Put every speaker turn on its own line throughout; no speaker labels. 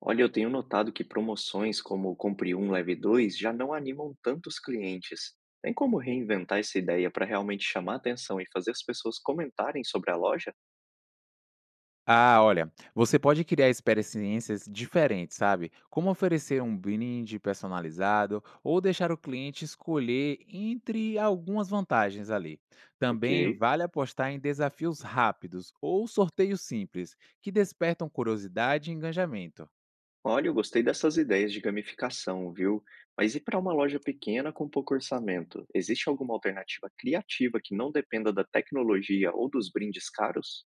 Olha, eu tenho notado que promoções como "Compre um, leve dois" já não animam tantos clientes. Tem como reinventar essa ideia para realmente chamar atenção e fazer as pessoas comentarem sobre a loja?
Você pode criar experiências diferentes, sabe? Como oferecer um brinde personalizado ou deixar o cliente escolher entre algumas vantagens ali.
Ok.
Também vale apostar em desafios rápidos ou sorteios simples, que despertam curiosidade e engajamento.
Olha, eu gostei dessas ideias de gamificação, viu? Mas e para uma loja pequena com pouco orçamento? Existe alguma alternativa criativa que não dependa da tecnologia ou dos brindes caros?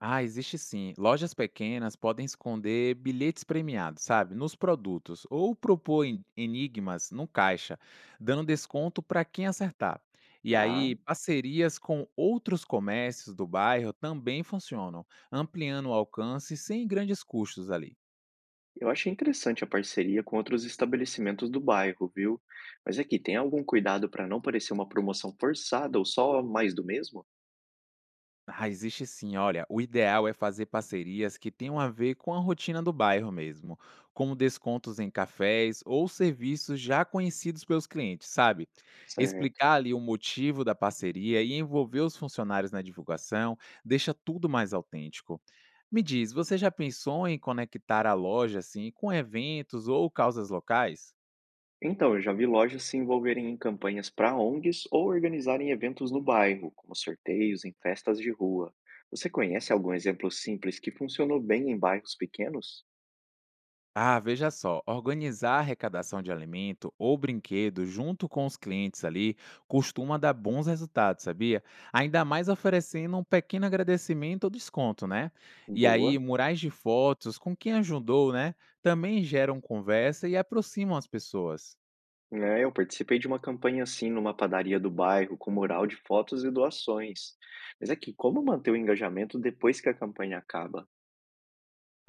Ah, existe sim. Lojas pequenas podem esconder bilhetes premiados, sabe, nos produtos, ou propor enigmas no caixa, dando desconto para quem acertar. E
Tá.
aí, parcerias com outros comércios do bairro também funcionam, ampliando o alcance sem grandes custos ali.
Eu achei interessante a parceria com outros estabelecimentos do bairro, viu? Mas aqui, tem algum cuidado para não parecer uma promoção forçada ou só mais do mesmo?
Ah, existe sim. Olha, o ideal é fazer parcerias que tenham a ver com a rotina do bairro mesmo, como descontos em cafés ou serviços já conhecidos pelos clientes, sabe?
Certo.
Explicar ali o motivo da parceria e envolver os funcionários na divulgação deixa tudo mais autêntico. Me diz, você já pensou em conectar a loja assim com eventos ou causas locais?
Então, eu já vi lojas se envolverem em campanhas para ONGs ou organizarem eventos no bairro, como sorteios em festas de rua. Você conhece algum exemplo simples que funcionou bem em bairros pequenos?
Ah, veja só, organizar a arrecadação de alimento ou brinquedo junto com os clientes ali costuma dar bons resultados, sabia? Ainda mais oferecendo um pequeno agradecimento ou desconto, né? E aí,
Boa.
murais de fotos com quem ajudou, né? Também geram conversa e aproximam as pessoas.
É, eu participei de uma campanha assim numa padaria do bairro, com mural de fotos e doações. Mas é que como manter o engajamento depois que a campanha acaba?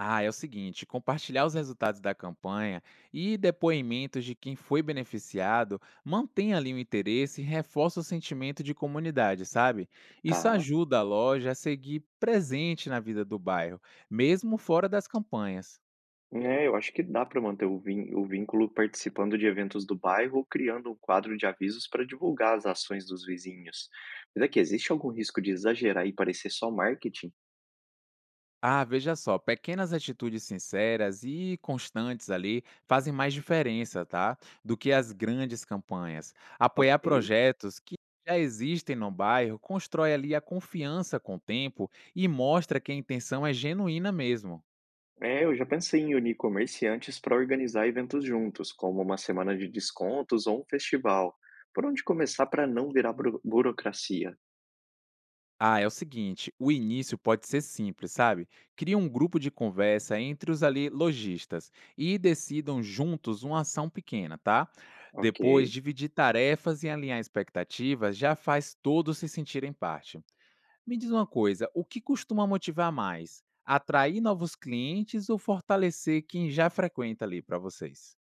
Ah, é o seguinte, compartilhar os resultados da campanha e depoimentos de quem foi beneficiado mantém ali o interesse e reforça o sentimento de comunidade, sabe? Isso
Tá?
ajuda a loja a seguir presente na vida do bairro, mesmo fora das campanhas.
É, eu acho que dá para manter o vínculo participando de eventos do bairro ou criando um quadro de avisos para divulgar as ações dos vizinhos. Mas é que existe algum risco de exagerar e parecer só marketing?
Ah, veja só, pequenas atitudes sinceras e constantes ali fazem mais diferença, tá? Do que as grandes campanhas. Apoiar
Ok.
projetos que já existem no bairro constrói ali a confiança com o tempo e mostra que a intenção é genuína mesmo.
É, eu já pensei em unir comerciantes para organizar eventos juntos, como uma semana de descontos ou um festival. Por onde começar para não virar burocracia?
Ah, é o seguinte, o início pode ser simples, sabe? Cria um grupo de conversa entre os ali lojistas e decidam juntos uma ação pequena, tá?
Ok.
Depois, dividir tarefas e alinhar expectativas já faz todos se sentirem parte. Me diz uma coisa, o que costuma motivar mais? Atrair novos clientes ou fortalecer quem já frequenta ali para vocês?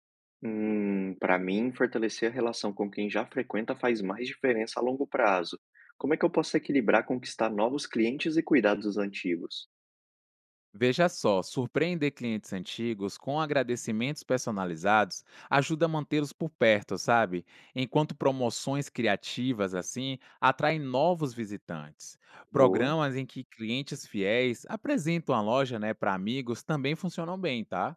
Para mim, fortalecer a relação com quem já frequenta faz mais diferença a longo prazo. Como é que eu posso equilibrar conquistar novos clientes e cuidar dos antigos?
Veja só, surpreender clientes antigos com agradecimentos personalizados ajuda a mantê-los por perto, sabe? Enquanto promoções criativas assim atraem novos visitantes.
Boa.
Programas em que clientes fiéis apresentam a loja, né, para amigos também funcionam bem, tá?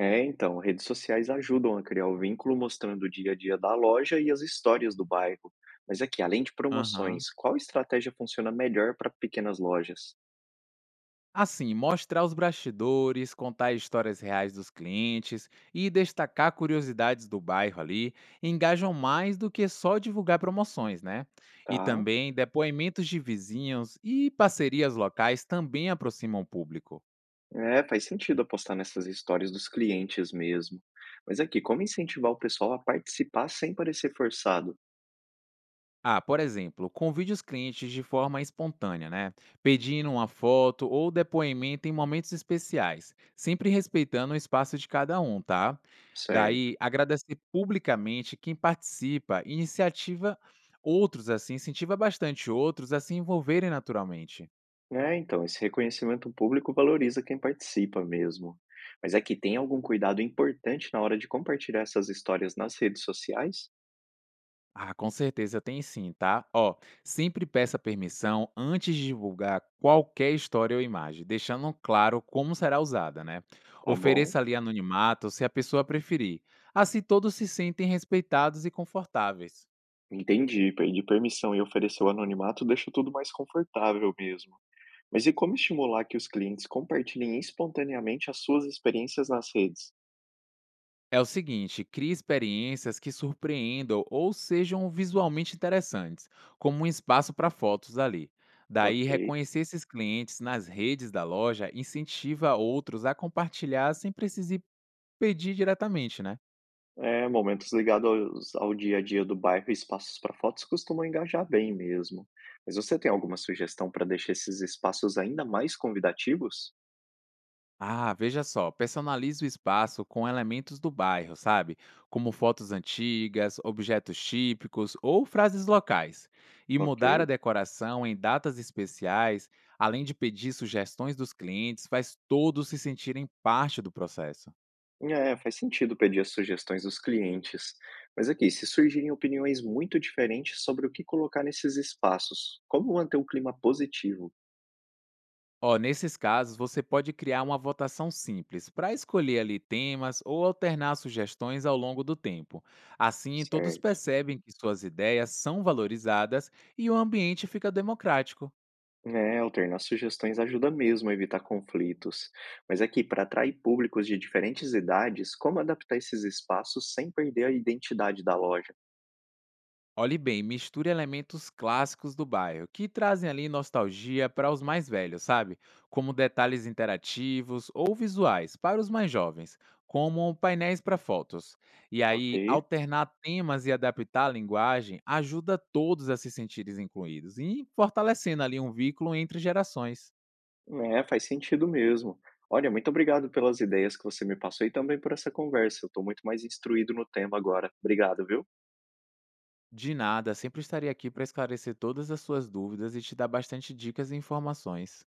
É, então, redes sociais ajudam a criar o vínculo mostrando o dia a dia da loja e as histórias do bairro. Mas aqui, além de
Aham.
promoções, qual estratégia funciona melhor para pequenas lojas?
Assim, mostrar os bastidores, contar histórias reais dos clientes e destacar curiosidades do bairro ali engajam mais do que só divulgar promoções, né? E
Tá?
também depoimentos de vizinhos e parcerias locais também aproximam o público.
É, faz sentido apostar nessas histórias dos clientes mesmo. Mas aqui, como incentivar o pessoal a participar sem parecer forçado?
Ah, por exemplo, convide os clientes de forma espontânea, né? Pedindo uma foto ou depoimento em momentos especiais, sempre respeitando o espaço de cada um, tá?
Certo.
Daí, agradecer publicamente quem participa, iniciativa outros assim, incentiva bastante outros a se envolverem naturalmente.
É, então, esse reconhecimento público valoriza quem participa mesmo. Mas aqui, tem algum cuidado importante na hora de compartilhar essas histórias nas redes sociais?
Ah, com certeza tem sim, tá? Ó, sempre peça permissão antes de divulgar qualquer história ou imagem, deixando claro como será usada, né?
Tá bom?
Ofereça ali anonimato se a pessoa preferir. Assim todos se sentem respeitados e confortáveis.
Entendi. Pedir permissão e oferecer o anonimato deixa tudo mais confortável mesmo. Mas e como estimular que os clientes compartilhem espontaneamente as suas experiências nas redes?
É o seguinte, crie experiências que surpreendam ou sejam visualmente interessantes, como um espaço para fotos ali. Daí,
Ok.
reconhecer esses clientes nas redes da loja incentiva outros a compartilhar sem precisar pedir diretamente, né?
É, momentos ligados ao dia a dia do bairro e espaços para fotos costumam engajar bem mesmo. Mas você tem alguma sugestão para deixar esses espaços ainda mais convidativos?
Ah, veja só, personalize o espaço com elementos do bairro, sabe? Como fotos antigas, objetos típicos ou frases locais. E mudar a
Ok.
decoração em datas especiais, além de pedir sugestões dos clientes, faz todos se sentirem parte do processo.
É, faz sentido pedir as sugestões dos clientes. Mas aqui, se surgirem opiniões muito diferentes sobre o que colocar nesses espaços, como manter o clima positivo?
Ó, nesses casos, você pode criar uma votação simples para escolher ali temas ou alternar sugestões ao longo do tempo. Assim, todos
Certo.
percebem que suas ideias são valorizadas e o ambiente fica democrático.
É, alternar sugestões ajuda mesmo a evitar conflitos. Mas aqui, para atrair públicos de diferentes idades, como adaptar esses espaços sem perder a identidade da loja?
Olhe bem, misture elementos clássicos do bairro, que trazem ali nostalgia para os mais velhos, sabe? Como detalhes interativos ou visuais para os mais jovens, como painéis para fotos. E aí,
Ok.
alternar temas e adaptar a linguagem ajuda todos a se sentirem incluídos e fortalecendo ali um vínculo entre gerações.
É, faz sentido mesmo. Olha, muito obrigado pelas ideias que você me passou e também por essa conversa. Eu estou muito mais instruído no tema agora. Obrigado, viu?
De nada, sempre estarei aqui para esclarecer todas as suas dúvidas e te dar bastante dicas e informações.